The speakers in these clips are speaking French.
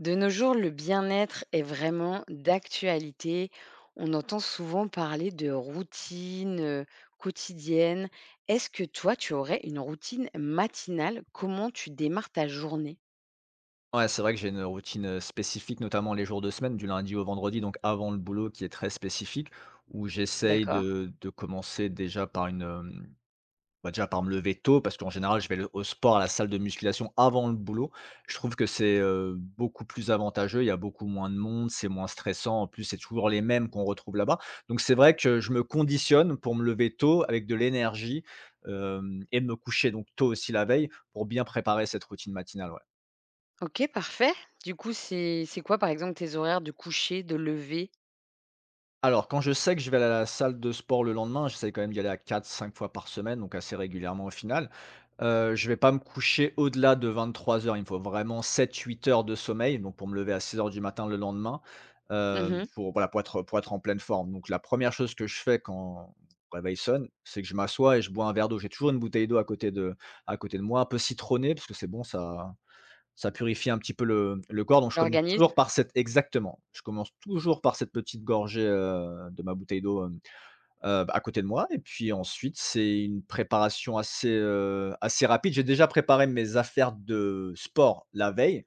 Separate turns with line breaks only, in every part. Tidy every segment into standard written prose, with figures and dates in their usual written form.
De nos jours, le bien-être est vraiment d'actualité. On entend souvent parler de routine quotidienne. Est-ce que toi, tu aurais une routine matinale? Comment tu démarres ta journée?
Ouais, c'est vrai que j'ai une routine, spécifique, notamment les jours de semaine, du lundi au vendredi, donc avant le boulot qui est très spécifique, où j'essaye
D'accord.
de commencer déjà bah, déjà par me lever tôt parce qu'en général, je vais le au sport, à la salle de musculation avant le boulot. Je trouve que c'est, beaucoup plus avantageux, il y a beaucoup moins de monde, c'est moins stressant. En plus, c'est toujours les mêmes qu'on retrouve là-bas. Donc c'est vrai que je me conditionne pour me lever tôt avec de l'énergie, hem et me coucher donc tôt aussi la veille pour bien préparer cette routine matinale, ouais.
Ok, parfait. Du coup, c'est quoi, par exemple, tes horaires de coucher, de lever?
Alors, quand je sais que je vais aller à la salle de sport le lendemain, j'essaie quand même d'y aller à quatre, cinq fois par semaine, donc assez régulièrement au final. Je vais pas me coucher au-delà de 23 heures. Il me faut vraiment 7, 8 heures de sommeil, donc pour me lever à 6 heures du matin le lendemain,
Mhm.
pour voilà, pour être en pleine forme. Donc la première chose que je fais quand le réveil sonne, c'est que je m'assois et je bois un verre d'eau. J'ai toujours une bouteille d'eau à côté de moi, un peu citronnée, parce que c'est bon, ça purifie un petit peu le corps, donc je commence
L'organisme?
toujours par cette exactement. Je commence toujours par cette petite gorgée, de ma bouteille d'eau, bah, à côté de moi et puis ensuite, c'est une préparation assez, assez rapide. J'ai déjà préparé mes affaires de sport la veille.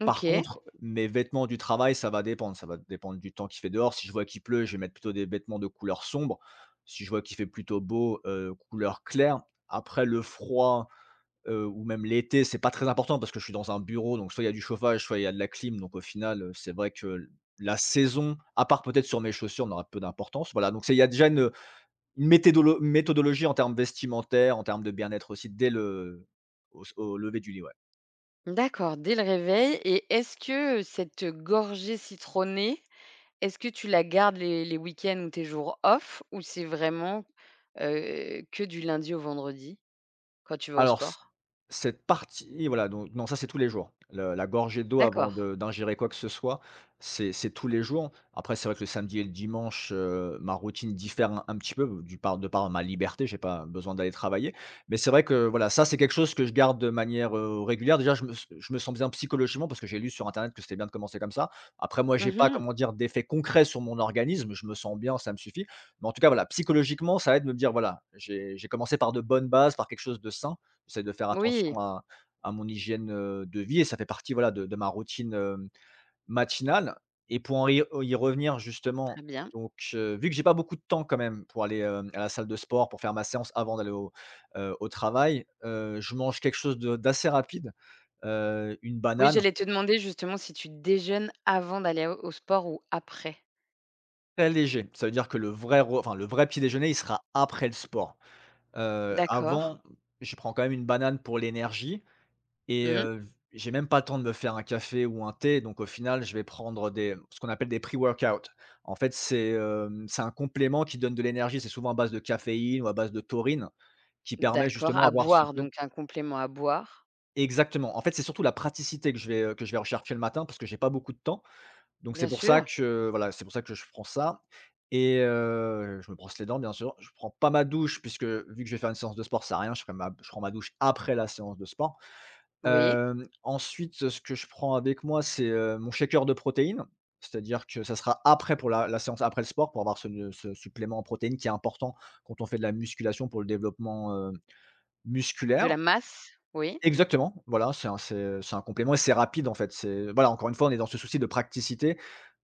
Ok.
Par contre, mes vêtements du travail, ça va dépendre. Ça va dépendre du temps qu'il fait dehors. Si je vois qu'il pleut, je vais mettre plutôt des vêtements de couleur sombre. Si je vois qu'il fait plutôt beau, couleur claire. Après le froid. Ou même l'été, c'est pas très important parce que je suis dans un bureau, donc soit il y a du chauffage, soit il y a de la clim, donc au final, c'est vrai que l la saison, à part peut-être sur mes chaussures, n'aura peu d'importance. Voilà, donc c'est il y a déjà une méthédolo méthodologie en termes vestimentaires, en termes de bien-être aussi dès le au au lever du lit, ouais.
D'accord, dès le réveil. Et est-ce que cette gorgée citronnée, est-ce que tu la gardes les week-ends ou tes jours off ou c'est vraiment, que du lundi au vendredi quand tu vas au
Alors c
sport?
cette partie voilà donc non, ça c'est tous les jours. Le la gorgée d'eau avant
D'accord.
de d'ingérer quoi que ce soit, c'est tous les jours. Après c'est vrai que le samedi et le dimanche, ma routine diffère un petit peu du par de par ma liberté, j'ai pas besoin d'aller travailler. Mais c'est vrai que voilà, ça c'est quelque chose que je garde de manière, régulière. Déjà je me sens bien psychologiquement parce que j'ai lu sur internet que c'était bien de commencer comme ça. Après moi j'ai pas
Mmh.
comment dire d'effet concret sur mon organisme, je me sens bien, ça me suffit. Mais en tout cas voilà, psychologiquement ça aide de me dire voilà, j'ai commencé par de bonnes bases, par quelque chose de sain. J'essaie de faire
Oui,
attention à mon hygiène, de vie et ça fait partie, voilà, de ma routine, matinale et pour en y revenir justement,
très bien.
donc vu que j'ai pas beaucoup de temps quand même pour aller, à la salle de sport, pour faire ma séance avant d'aller au, au travail, je mange quelque chose de d'assez rapide, une
Oui,
banane,
j'allais te demander justement si tu déjeunes avant d'aller au sport ou après?
très léger. Ça veut dire que le vrai re enfin, le vrai petit déjeuner, il sera après le sport.
D'accord.
Avant, je prends quand même une banane pour l'énergie. Et
Mmh.
j'ai même pas le temps de me faire un café ou un thé, donc au final, je vais prendre des ce qu'on appelle des pre-workout. En fait, c'est, c'est un complément qui donne de l'énergie. C'est souvent à base de caféine ou à base de taurine qui permet
D'accord,
justement
à
d'avoir ce
boire,
peu
donc un complément à boire,
exactement. En fait, c'est surtout la praticité que je vais rechercher le matin parce que j'ai pas beaucoup de temps. Donc c'est
bien
pour ça
sûr.
que voilà, c'est pour ça que je prends ça et je me brosse les dents, bien sûr. Je prends pas ma douche puisque vu que je vais faire une séance de sport, ça sert à rien, je prends ma douche après la séance de sport.
Oui.
Ensuite, ce que je prends avec moi, c'est, mon shaker de protéines. C'est-à-dire que ça sera après pour la séance après le sport, pour avoir ce supplément en protéines qui est important quand on fait de la musculation pour le développement,
De
musculaire.
la masse, oui,
Exactement, voilà, c'est un complément et c'est rapide en fait. C'est voilà, encore une fois, on est dans ce souci de praticité,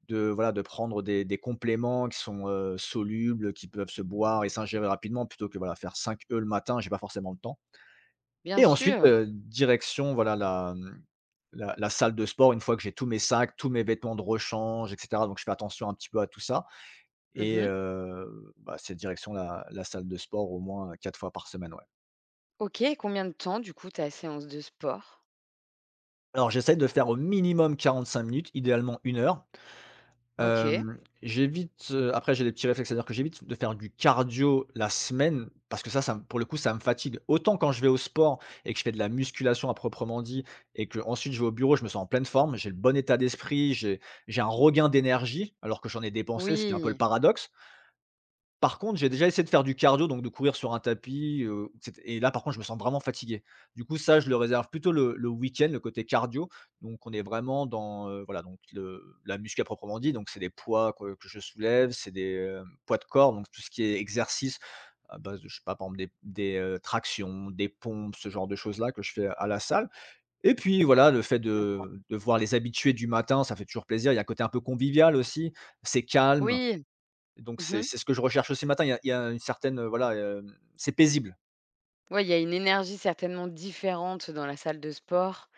de voilà, de prendre des compléments qui sont, solubles, qui peuvent se boire et s'ingérer rapidement plutôt que voilà, faire 5 œufs le matin, j'ai pas forcément le temps.
bien
Et ensuite,
sûr.
direction voilà la, mmh, la la salle de sport une fois que j'ai tous mes sacs, tous mes vêtements de rechange et cetera, donc je fais attention un petit peu à tout ça et
Mmh.
bah, c'est direction la salle de sport au moins, 4 fois par semaine, ouais.
OK, combien de temps du coup ta séance de sport?
Alors j'essaie de faire au minimum 45 minutes, idéalement 1 heure.
OK.
J'évite, après j'ai des petits réflexes, c'est-à-dire que j'évite de faire du cardio la semaine parce que ça ça m pour le coup, ça me fatigue. Autant quand je vais au sport et que je fais de la musculation à proprement dit et qu'ensuite je vais au bureau, je me sens en pleine forme, j'ai le bon état d'esprit, j'ai un regain d'énergie alors que j'en ai dépensé, ce qui est un peu le
Oui,
paradoxe. Par contre, j'ai déjà essayé de faire du cardio, donc de courir sur un tapis, c'ét et là, par contre, je me sens vraiment fatigué. Du coup, ça, je le réserve plutôt le week-end, le côté cardio. Donc on est vraiment dans, voilà, donc le la muscu à proprement dit, donc c'est des poids que je soulève, c'est des, poids de corps, donc tout ce qui est exercice à base de, je sais pas, par exemple des, tractions, des pompes, ce genre de choses-là que je fais à la salle. Et puis voilà, le fait de voir les habitués du matin, ça fait toujours plaisir. Il y a un côté un peu convivial aussi. C'est calme,
oui.
donc c'est
Mmh.
c'est ce que je recherche aussi matin. Il y a une certaine, voilà, c'est paisible.
Ouais, il y a une énergie certainement différente dans la salle de sport.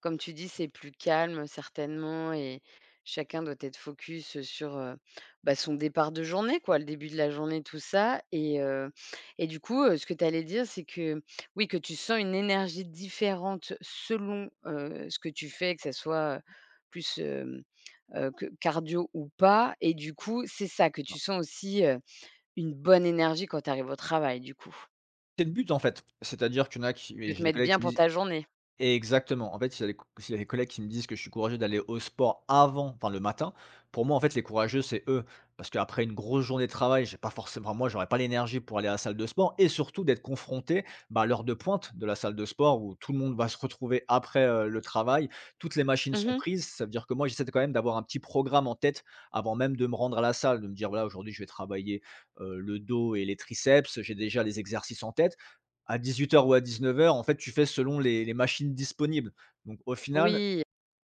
Comme tu dis, c'est plus calme certainement et chacun doit être focus sur, bah, son départ de journée quoi, le début de la journée, tout ça, et du coup, ce que tu allais dire, c'est que, oui, que tu sens une énergie différente selon, ce que tu fais, que ça soit, plus, que cardio ou pas, et du coup, c'est ça que tu sens aussi, une bonne énergie quand tu arrives au travail, du coup?
C'est le but, en fait. C'est-à-dire qu'il y en a qui et
De
j'ai
te
des
mettre
collègues
bien
qui
pour
disent.
ta journée.
Exactement. En fait, s'il y a des collègues qui me disent que je suis courageux d'aller au sport avant, enfin le matin, pour moi, en fait, les courageux, c'est eux. Parce qu'après une grosse journée de travail, j'ai pas forcément moi, j'aurais pas l'énergie pour aller à la salle de sport et surtout d'être confronté, bah, à l'heure de pointe de la salle de sport où tout le monde va se retrouver après, le travail. Toutes les machines
Mmh
sont
mh.
prises. Ça veut dire que moi, j'essaie de quand même d'avoir un petit programme en tête avant même de me rendre à la salle, de me dire : « Voilà, aujourd'hui, je vais travailler, le dos et les triceps ». J'ai déjà les exercices en tête. À 18 heures ou à 19 heures, en fait, tu fais selon les machines disponibles. Donc au final,
Oui,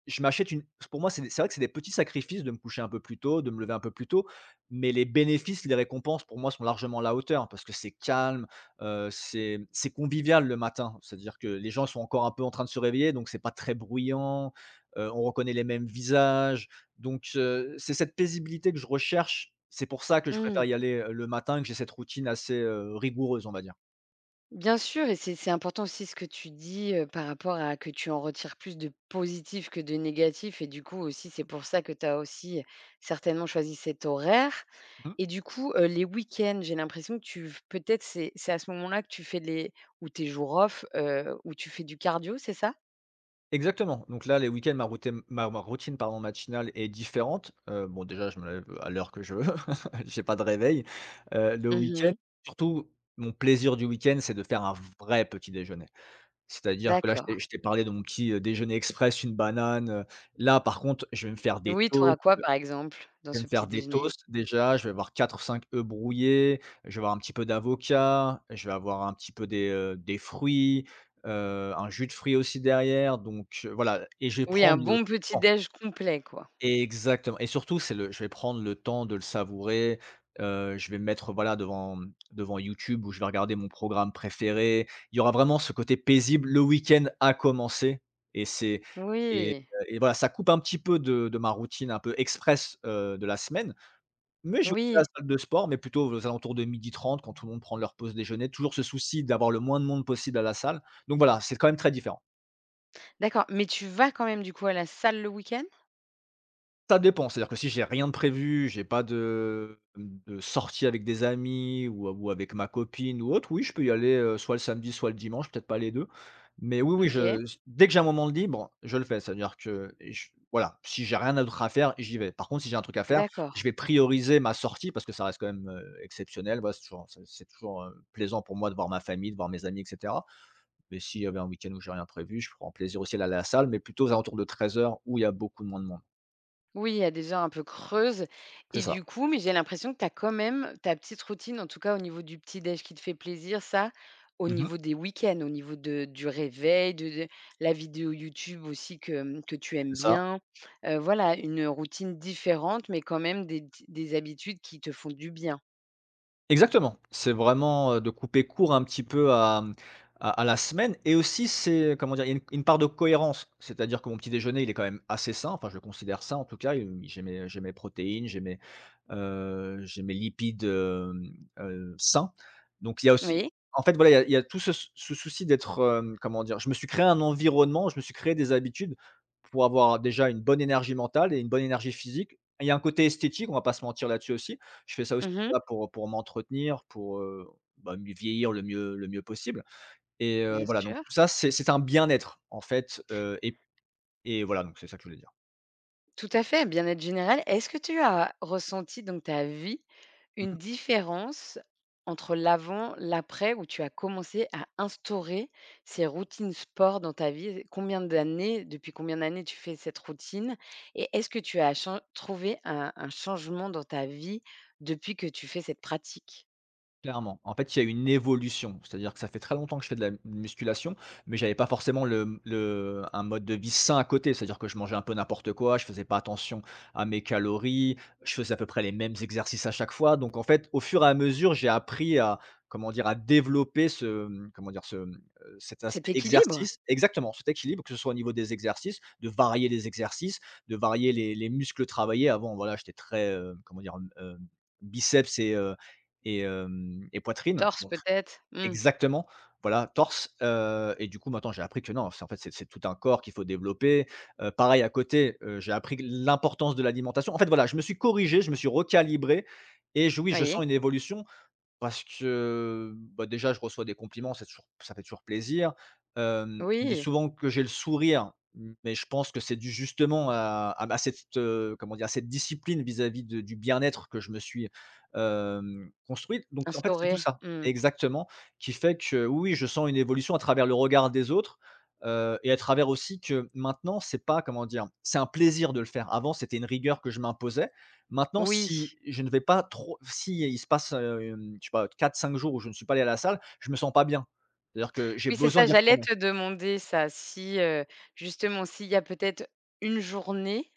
je m'achète une pour moi, c'est des c'est vrai que c'est des petits sacrifices de me coucher un peu plus tôt, de me lever un peu plus tôt, mais les bénéfices, les récompenses pour moi sont largement à la hauteur parce que c'est calme, c'est convivial le matin. C'est-à-dire que les gens sont encore un peu en train de se réveiller, donc c'est pas très bruyant, on reconnaît les mêmes visages. Donc c'est cette paisibilité que je recherche. C'est pour ça que je préfère
mmh.
y aller, le matin que j'ai cette routine assez, rigoureuse, on va dire.
Bien sûr, et c'est important aussi ce que tu dis, par rapport à que tu en retires plus de positif que de négatif, et du coup aussi c'est pour ça que tu as aussi certainement choisi cet horaire,
Mmh.
et du coup, les week-ends, j'ai l'impression que tu f peut-être c'est à ce moment-là que tu fais les ou tes jours off, où tu fais du cardio, c'est ça?
Exactement. Donc là, les week-ends, ma routine, pardon, matinale est différente. Bon déjà, je me lève à l'heure que je veux, j'ai pas de réveil. Le
Mmh
week-end,
mh.
surtout, mon plaisir du week-end, c'est de faire un vrai petit déjeuner. C'est-à-dire que là,
D'accord.
je t'ai parlé de mon petit, déjeuner express, une banane. Là, par contre, je vais me faire des
Oui, tu auras
toasts
quoi par exemple dans ce petit déjeuner?
déjà, je vais avoir 4 ou 5 œufs brouillés, je vais avoir un petit peu d'avocat, je vais avoir un petit peu des fruits, un jus de fruits aussi derrière, donc voilà. Et je vais
Oui, un
prendre le
bon petit
temps,
déj complet quoi.
exactement. Et surtout c'est le je vais prendre le temps de le savourer, je vais me mettre, voilà, devant, devant YouTube, où je vais regarder mon programme préféré. Il y aura vraiment ce côté paisible, le week-end a commencé et c'est et
Oui,
et voilà, ça coupe un petit peu de ma routine un peu express, de la semaine. Mais je vais à la
oui.
salle de sport, mais plutôt aux alentours de 12h30, quand tout le monde prend leur pause déjeuner. Toujours ce souci d'avoir le moins de monde possible à la salle. Donc voilà, c'est quand même très différent.
D'accord, mais tu vas quand même du coup à la salle le week-end?
Ça dépend, c'est-à-dire que si j'ai rien de prévu, j'ai pas de sortie avec des amis ou avec ma copine ou autre, oui, je peux y aller, soit le samedi, soit le dimanche, peut-être pas les deux. Mais oui, oui, mmh,
OK,
je, dès que j'ai un moment de libre, je le fais. C'est-à-dire que je, voilà, si j'ai rien d'autre à faire, j'y vais. Par contre, si j'ai un truc à faire,
d'accord.
je vais prioriser ma sortie parce que ça reste quand même, exceptionnel. Voilà, c'est toujours c'est toujours, plaisant pour moi de voir ma famille, de voir mes amis et cetera. Mais s'il y avait un week-end où j'ai rien prévu, je prends plaisir aussi à aller à la salle, mais plutôt aux alentours de 13h, où il y a beaucoup moins de monde.
Oui, à des heures un peu creuses,
C'est
et
ça.
du coup mais j'ai l'impression que tu as quand même ta petite routine, en tout cas au niveau du petit déj qui te fait plaisir, ça, au
Mmh.
niveau des week-ends, au niveau de du réveil, de la vidéo YouTube aussi que, mmh, que tu aimes
C'est ça.
bien. Voilà, une routine différente, mais quand même des habitudes qui te font du bien.
Exactement. C'est vraiment, de couper court un petit peu à, à la semaine. Et aussi c'est, comment dire? Il y a une part de cohérence. C'est-à-dire que mon petit déjeuner, il est quand même assez sain, enfin je le considère sain en tout cas, j'ai mes protéines, j'ai mes lipides, sains. Donc il y a aussi,
Oui.
en fait, voilà, il y a tout ce souci d'être, comment dire? Je me suis créé un environnement, je me suis créé des habitudes pour avoir déjà une bonne énergie mentale et une bonne énergie physique. Il y a un côté esthétique, on va pas se mentir là-dessus aussi. Je fais ça aussi,
Mmh.
voilà, pour m'entretenir, pour, bah, mieux vieillir, le mieux possible et
Bien
voilà, donc
sûr.
tout ça, c'est un bien-être, en fait, et voilà, donc c'est ça que je voulais dire.
Tout à fait, bien-être général. Est-ce que tu as ressenti dans ta vie une différence entre l'avant, l'après, où tu as commencé à instaurer ces routines sport dans ta vie? Combien d'années, depuis combien d'années tu fais cette routine? Et est-ce que tu as trouvé un changement dans ta vie depuis que tu fais cette pratique?
Clairement. En fait, il y a une évolution. C'est-à-dire que ça fait très longtemps que je fais de la musculation, mais j'avais pas forcément le un mode de vie sain à côté. C'est-à-dire que je mangeais un peu n'importe quoi, je faisais pas attention à mes calories, je faisais à peu près les mêmes exercices à chaque fois. Donc en fait, au fur et à mesure, j'ai appris à, comment dire, à développer ce, mmh, comment dire, ce, mmh, cet
Cet
aspect
équilibre?
exercice, exactement, cet équilibre, que ce soit au niveau des exercices, de varier les exercices, de varier les muscles travaillés. Avant, voilà, j'étais très, comment dire, biceps et poitrine.
Torse
Bon. Tr
peut-être? Hmm,
Exactement, voilà, torse, et du coup, maintenant, j'ai appris que non, c'est, en fait, c'est tout un corps qu'il faut développer. Pareil à côté, j'ai appris l'importance de l'alimentation. En fait, voilà, je me suis corrigé, je me suis recalibré, et je, oui, je
voyez?
sens une évolution. Parce que, bah, déjà, je reçois des compliments, c'est toujours, ça fait toujours plaisir. On me dit
Oui,
souvent que j'ai le sourire, mais je pense que c'est dû justement à ma comment dire? À cette discipline vis-à-vis de du bien-être que je me suis, construite. Donc en fait, c'est tout
instauré.
ça,
Hmm.
exactement, qui fait que, oui, je sens une évolution à travers le regard des autres, et à travers aussi que maintenant, c'est pas, comment dire? C'est un plaisir de le faire. Avant, c'était une rigueur que je m'imposais. Maintenant,
Oui.
si je ne vais pas trop, si il se passe, je sais pas, 4-5 jours où je ne suis pas allé à la salle, je me sens pas bien. C'est-à-dire que j'ai
Oui, c'est
besoin
ça,
d'y
j'allais
retourner.
te demander ça. Si, justement, s'il y a peut-être une journée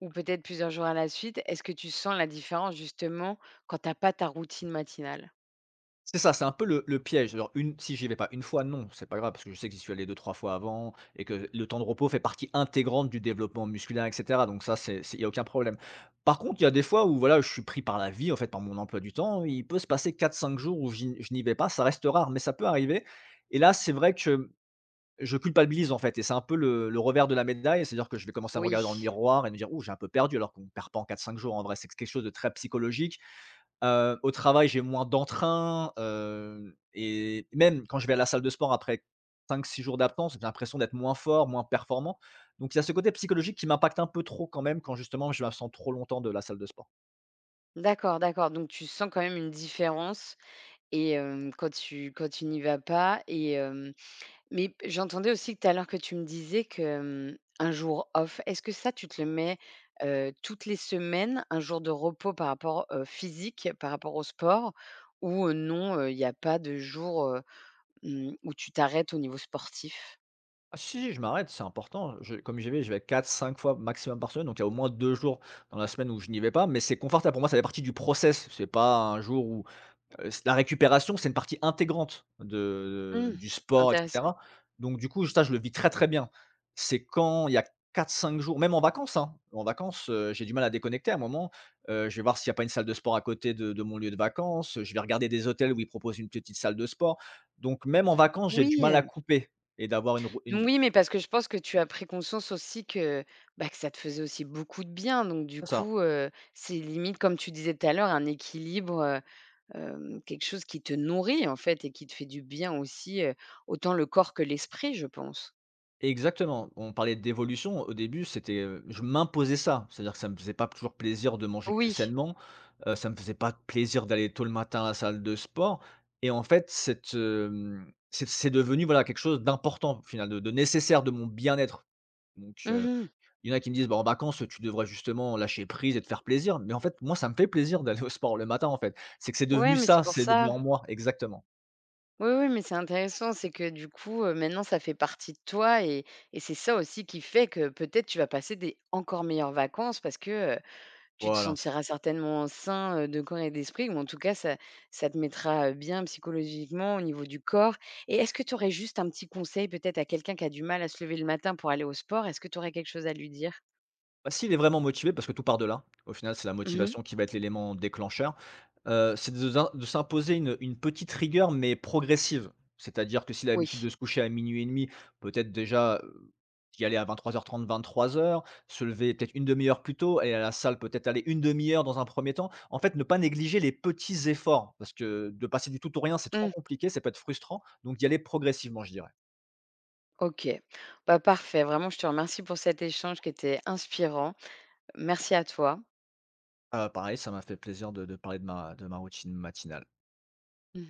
ou peut-être plusieurs jours à la suite, est-ce que tu sens la différence justement quand t'as pas ta routine matinale?
C'est ça, c'est un peu le piège. Alors une si j'y vais pas une fois, non, c'est pas grave, parce que je sais que j'y suis allé deux, trois fois avant, et que le temps de repos fait partie intégrante du développement musculaire et cetera. Donc ça, c'est, il n'y a aucun problème. Par contre, il y a des fois où, voilà, je suis pris par la vie, en fait, par mon emploi du temps. Il peut se passer quatre, cinq jours où j'y je n'y vais pas. Ça reste rare, mais ça peut arriver, et là, c'est vrai que je culpabilise, en fait, et c'est un peu le revers de la médaille, c'est-à-dire que je vais commencer à me
Oui.
regarder dans le miroir et me dire: «Ouh, j'ai un peu perdu», alors qu'on ne perd pas en quatre cinq jours, en vrai, c'est quelque chose de très psychologique. Au travail, j'ai moins d'entrain, et même quand je vais à la salle de sport après cinq six jours d'absence, j'ai l'impression d'être moins fort, moins performant. Donc il y a ce côté psychologique qui m'impacte un peu trop quand même, quand justement je m'absente trop longtemps de la salle de sport.
D'accord, d'accord, donc tu sens quand même une différence et hem, quand tu n'y vas pas, et mais j'entendais aussi tout à l'heure que tu me disais que, mmh, un jour off, est-ce que ça tu te le mets, toutes les semaines, un jour de repos par rapport, physique, par rapport au sport? Ou, non, il n'y a pas de jour, mmh, où tu t'arrêtes au niveau sportif?
Ah si, si, je m'arrête, c'est important. Je Comme j'y vais, je vais quatre, cinq fois maximum par semaine, donc il y a au moins 2 jours dans la semaine où je n'y vais pas, mais c'est confortable. Pour moi, ça fait partie du process. C'est pas un jour où, c la récupération, c'est une partie intégrante de
Mmh,
du sport et
intéressant.
cetera. Donc du coup, ça, je le vis très, très bien. C'est quand il y a quatre, cinq jours, même en vacances, hein. En vacances, j'ai du mal à déconnecter à un moment, je vais voir s'il n'y a pas une salle de sport à côté de mon lieu de vacances, je vais regarder des hôtels où ils proposent une petite salle de sport. Donc même en vacances, j'ai du
Oui,
mal à couper et d'avoir une rou une
oui, mais parce que je pense que tu as pris conscience aussi que, bah, que ça te faisait aussi beaucoup de bien, donc du
C'est ça,
coup, c'est limite comme tu disais tout à l'heure un équilibre, hem, quelque chose qui te nourrit, en fait, et qui te fait du bien aussi, autant le corps que l'esprit, je pense.
exactement. On parlait d'évolution. Au début, c'était, je m'imposais ça. C'est-à-dire que ça me faisait pas toujours plaisir de manger que
Oui.
sainement, ça me faisait pas plaisir d'aller tôt le matin à la salle de sport, et en fait, cette, hem, c'est devenu, voilà, quelque chose d'important, au final, de nécessaire de mon bien-être. Donc
Mmh.
il y en a qui me disent: «Bah, en vacances, tu devrais justement lâcher prise et te faire plaisir». Mais en fait, moi, ça me fait plaisir d'aller au sport le matin, en fait. C'est que c'est
Ouais,
devenu
mais
ça,
c'est pour
c'est devenu
ça.
en moi. Exactement.
Oui, oui, mais c'est intéressant, c'est que du coup, maintenant ça fait partie de toi, et c'est ça aussi qui fait que peut-être tu vas passer des encore meilleures vacances parce que, tu te
Voilà.
sentiras certainement sain, de corps et d'esprit, ou en tout cas ça te mettra, bien psychologiquement au niveau du corps, et est-ce que tu aurais juste un petit conseil peut-être à quelqu'un qui a du mal à se lever le matin pour aller au sport? Est-ce que tu aurais quelque chose à lui dire?
Bah, s'il est vraiment motivé, parce que tout part de là, au final, c'est la
Mmh.
motivation qui va être l'élément déclencheur, c'est de s'imposer une petite rigueur, mais progressive. C'est-à-dire que s'il a
Oui.
l'habitude de se coucher à minuit et demi, peut-être déjà, d'y aller à 23:30-23:00, se lever peut-être une demi heure plus tôt, aller à la salle, peut-être aller une demi heure dans un premier temps. En fait, ne pas négliger les petits efforts, parce que de passer du tout au rien, c'est trop
Mmh.
compliqué, ça peut être frustrant, donc d'y aller progressivement, je dirais.
OK. Bah, parfait. Vraiment, je te remercie pour cet échange qui était inspirant. Merci à toi.
Pareil, ça m'a fait plaisir de parler de ma routine matinale.